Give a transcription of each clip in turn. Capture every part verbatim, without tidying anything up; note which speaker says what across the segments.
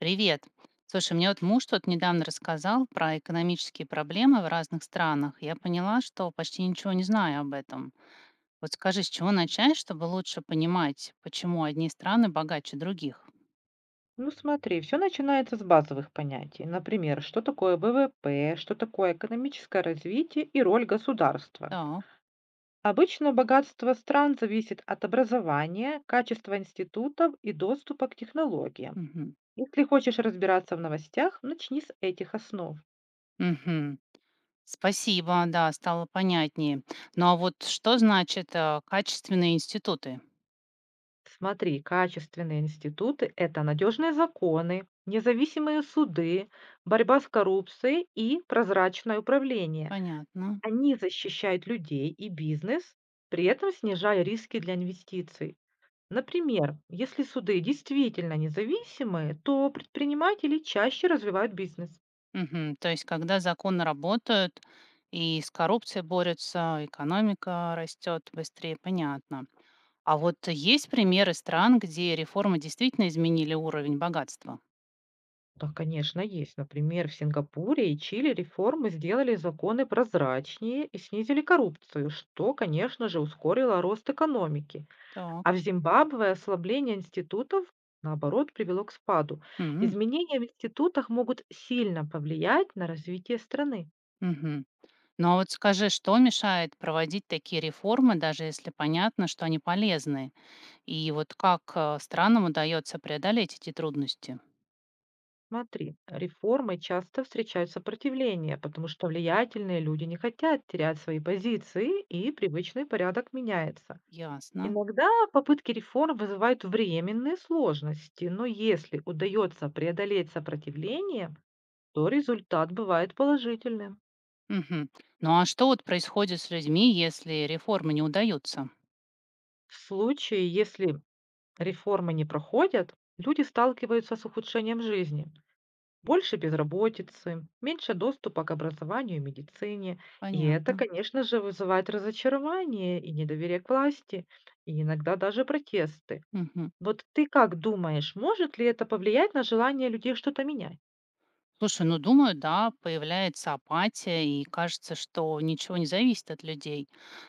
Speaker 1: Привет. Слушай, мне вот муж тут недавно рассказал про экономические проблемы в разных странах. Я поняла, что почти ничего не знаю об этом. Вот скажи, с чего начать, чтобы лучше понимать, почему одни страны богаче других?
Speaker 2: Ну смотри, все начинается с базовых понятий. Например, что такое в в п, что такое экономическое развитие и роль государства.
Speaker 1: Так.
Speaker 2: Обычно богатство стран зависит от образования, качества институтов и доступа к технологиям.
Speaker 1: Мгм.
Speaker 2: Если хочешь разбираться в новостях, начни с этих основ.
Speaker 1: Мгм. Спасибо, да, стало понятнее. Ну а вот что значит э, качественные институты?
Speaker 2: Смотри, качественные институты– это надежные законы, независимые суды, борьба с коррупцией и прозрачное управление.
Speaker 1: Понятно.
Speaker 2: Они защищают людей и бизнес, при этом снижая риски для инвестиций. Например, если суды действительно независимые, то предприниматели чаще развивают бизнес.
Speaker 1: Мгм. То есть, когда законы работают и с коррупцией борются, экономика растет быстрее, понятно. А вот есть примеры стран, где реформы действительно изменили уровень богатства?
Speaker 2: Да, конечно, есть. Например, в Сингапуре и Чили реформы сделали законы прозрачнее и снизили коррупцию, что, конечно же, ускорило рост экономики. А в
Speaker 1: Так.
Speaker 2: Зимбабве ослабление институтов, наоборот, привело к спаду.
Speaker 1: М.
Speaker 2: Изменения в институтах могут сильно повлиять на развитие страны.
Speaker 1: Мгм. Ну а вот скажи, что мешает проводить такие реформы, даже если понятно, что они полезны? И вот как э, странам удается преодолеть эти трудности?
Speaker 2: Смотри, реформы часто встречают сопротивление, потому что влиятельные люди не хотят терять свои позиции, и привычный порядок меняется.
Speaker 1: Ясно.
Speaker 2: Иногда попытки реформ вызывают временные сложности, но если удается преодолеть сопротивление, то результат бывает положительным.
Speaker 1: Мгм. Ну а что вот происходит с людьми, если реформы не удаются?
Speaker 2: В случае, если реформы не проходят, люди сталкиваются с ухудшением жизни. Больше безработицы, меньше доступа к образованию и медицине. И это,
Speaker 1: Понятно.
Speaker 2: конечно же, вызывает разочарование и недоверие к власти, и иногда даже протесты.
Speaker 1: Мгм.
Speaker 2: Вот ты как думаешь, может ли это повлиять на желание людей что-то менять?
Speaker 1: Слушай, ну думаю, да, появляется апатия, и кажется, что ничего не зависит от людей.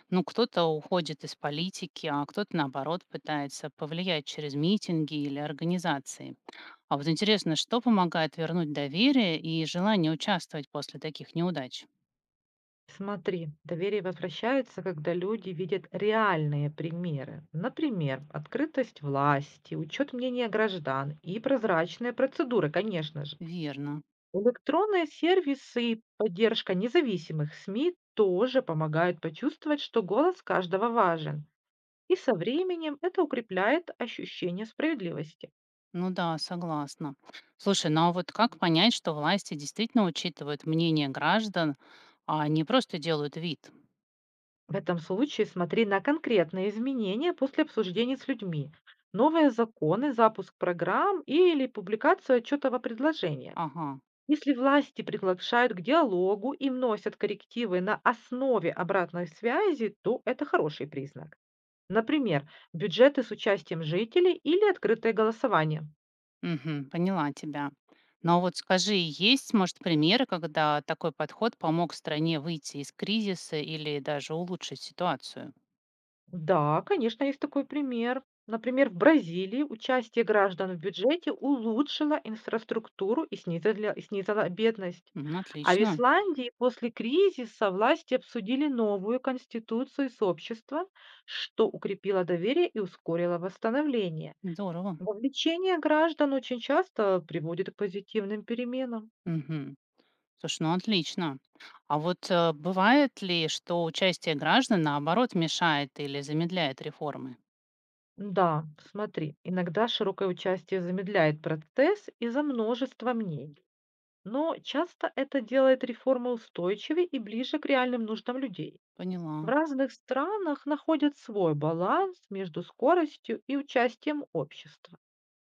Speaker 1: Ну, кто-то уходит из политики, а кто-то, наоборот, пытается повлиять через митинги или организации. А вот интересно, что помогает вернуть доверие и желание участвовать после таких неудач?
Speaker 2: Смотри, доверие возвращается, когда люди видят реальные примеры. Например, открытость власти, учет мнения граждан и прозрачные процедуры, конечно же.
Speaker 1: Верно.
Speaker 2: Электронные сервисы и поддержка независимых с м и тоже помогают почувствовать, что голос каждого важен. И со временем это укрепляет ощущение справедливости.
Speaker 1: Ну да, согласна. Слушай, ну а вот как понять, что власти действительно учитывают мнение граждан, а не просто делают вид?
Speaker 2: В этом случае смотри на конкретные изменения после обсуждений с людьми, новые законы, запуск программ или публикацию отчетов о предложениях.
Speaker 1: Ага.
Speaker 2: Если власти приглашают к диалогу и вносят коррективы на основе обратной связи, то это хороший признак. Например, бюджеты с участием жителей или открытое голосование.
Speaker 1: Мгм. Поняла тебя. Но вот скажи, есть, может, примеры, когда такой подход помог стране выйти из кризиса или даже улучшить ситуацию?
Speaker 2: Да, конечно, есть такой пример. Например, в Бразилии участие граждан в бюджете улучшило инфраструктуру и снизила, и снизило бедность.
Speaker 1: М,
Speaker 2: А в
Speaker 1: отлично.
Speaker 2: Исландии после кризиса власти обсудили новую конституцию с обществом, что укрепило доверие и ускорило восстановление.
Speaker 1: Здорово.
Speaker 2: Вовлечение граждан очень часто приводит к позитивным переменам.
Speaker 1: Мгм. Слушай, ну отлично. А вот э, бывает ли, что участие граждан, наоборот, мешает или замедляет реформы?
Speaker 2: Да, смотри, иногда широкое участие замедляет процесс из-за множества мнений, но часто это делает реформы устойчивее и ближе к реальным нуждам людей. В
Speaker 1: Поняла.
Speaker 2: разных странах находят свой баланс между скоростью и участием общества.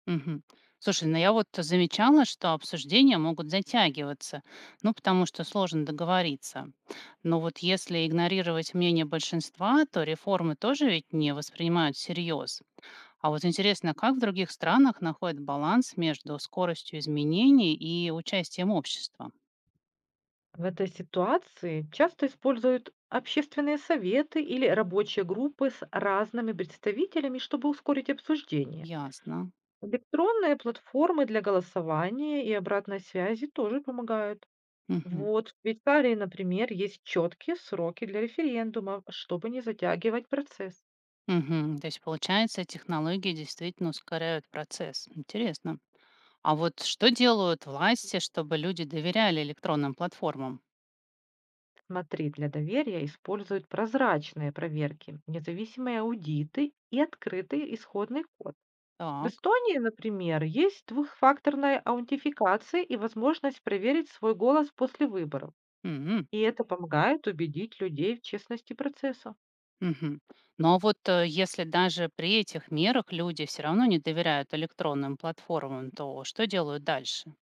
Speaker 1: Мгм. Слушай, ну я вот замечала, что обсуждения могут затягиваться, ну потому что сложно договориться. Но вот если игнорировать мнение большинства, то реформы тоже ведь не воспринимают всерьез. А вот интересно, как в других странах находят баланс между скоростью изменений и участием общества?
Speaker 2: В этой ситуации часто используют общественные советы или рабочие группы с разными представителями, чтобы ускорить обсуждение.
Speaker 1: Ясно.
Speaker 2: Электронные платформы для голосования и обратной связи тоже помогают.
Speaker 1: Мгм.
Speaker 2: Вот в Швейцарии, например, есть четкие сроки для референдумов, чтобы не затягивать процесс.
Speaker 1: Мгм. То есть, получается, технологии действительно ускоряют процесс. Интересно. А вот что делают власти, чтобы люди доверяли электронным платформам?
Speaker 2: Смотри, для доверия используют прозрачные проверки, независимые аудиты и открытый исходный код. В
Speaker 1: Так.
Speaker 2: Эстонии, например, есть двухфакторная аутентификация и возможность проверить свой голос после выборов.
Speaker 1: Мгм.
Speaker 2: И это помогает убедить людей в честности процесса.
Speaker 1: Мгм. Но вот э, если даже при этих мерах люди все равно не доверяют электронным платформам, то что делают дальше?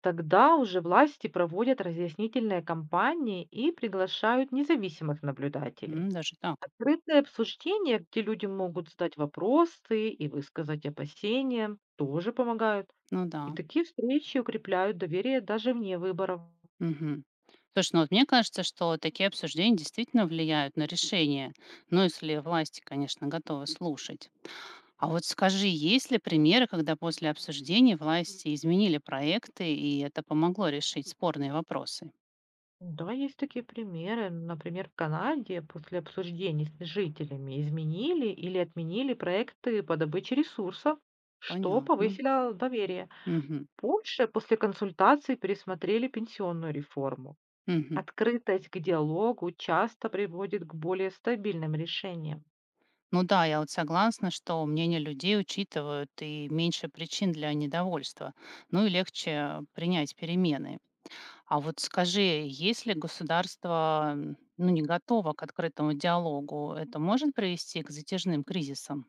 Speaker 2: Тогда уже власти проводят разъяснительные кампании и приглашают независимых наблюдателей.
Speaker 1: М, даже так.
Speaker 2: Открытое обсуждение, где люди могут задать вопросы и высказать опасения, тоже помогают.
Speaker 1: Ну да.
Speaker 2: И такие встречи укрепляют доверие даже вне выборов.
Speaker 1: Мгм. Слушай, ну вот мне кажется, что такие обсуждения действительно влияют на решение. Ну, если власти, конечно, готовы слушать. А вот скажи, есть ли примеры, когда после обсуждений власти изменили проекты, и это помогло решить спорные вопросы?
Speaker 2: Да, есть такие примеры. Например, в Канаде после обсуждений с жителями изменили или отменили проекты по добыче ресурсов, что
Speaker 1: Понятно.
Speaker 2: повысило доверие.
Speaker 1: Мгм.
Speaker 2: В Польше после консультаций пересмотрели пенсионную реформу.
Speaker 1: Мгм.
Speaker 2: Открытость к диалогу часто приводит к более стабильным решениям.
Speaker 1: Ну да, я вот согласна, что мнение людей учитывают и меньше причин для недовольства, ну и легче принять перемены. А вот скажи, если государство м, ну, не готово к открытому диалогу, это может привести к затяжным кризисам?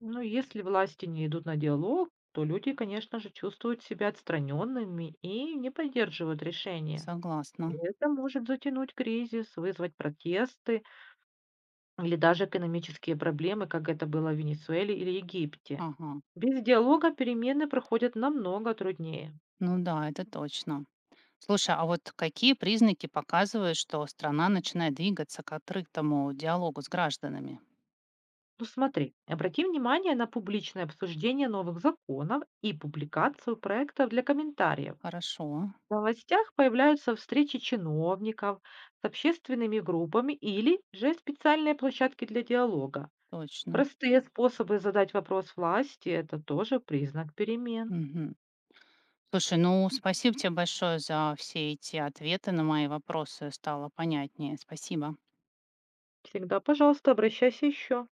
Speaker 2: Ну, если власти не идут на диалог, то люди, конечно же, чувствуют себя отстраненными и не поддерживают решения.
Speaker 1: Согласна.
Speaker 2: И это может затянуть кризис, вызвать протесты или даже экономические проблемы, как это было в Венесуэле или Египте.
Speaker 1: Ага.
Speaker 2: Без диалога перемены проходят намного труднее.
Speaker 1: Ну да, это точно. Слушай, а вот какие признаки показывают, что страна начинает двигаться к открытому диалогу с гражданами?
Speaker 2: Ну смотри, обрати внимание на публичное обсуждение новых законов и публикацию проектов для комментариев.
Speaker 1: Хорошо,
Speaker 2: В новостях появляются встречи чиновников с общественными группами или же специальные площадки для диалога.
Speaker 1: точно.
Speaker 2: Простые способы задать вопрос власти– это тоже признак перемен.
Speaker 1: Мгм. Слушай, ну спасибо тебе большое за все эти ответы на мои вопросы. Стало понятнее. Спасибо.
Speaker 2: Всегда, пожалуйста, обращайся еще.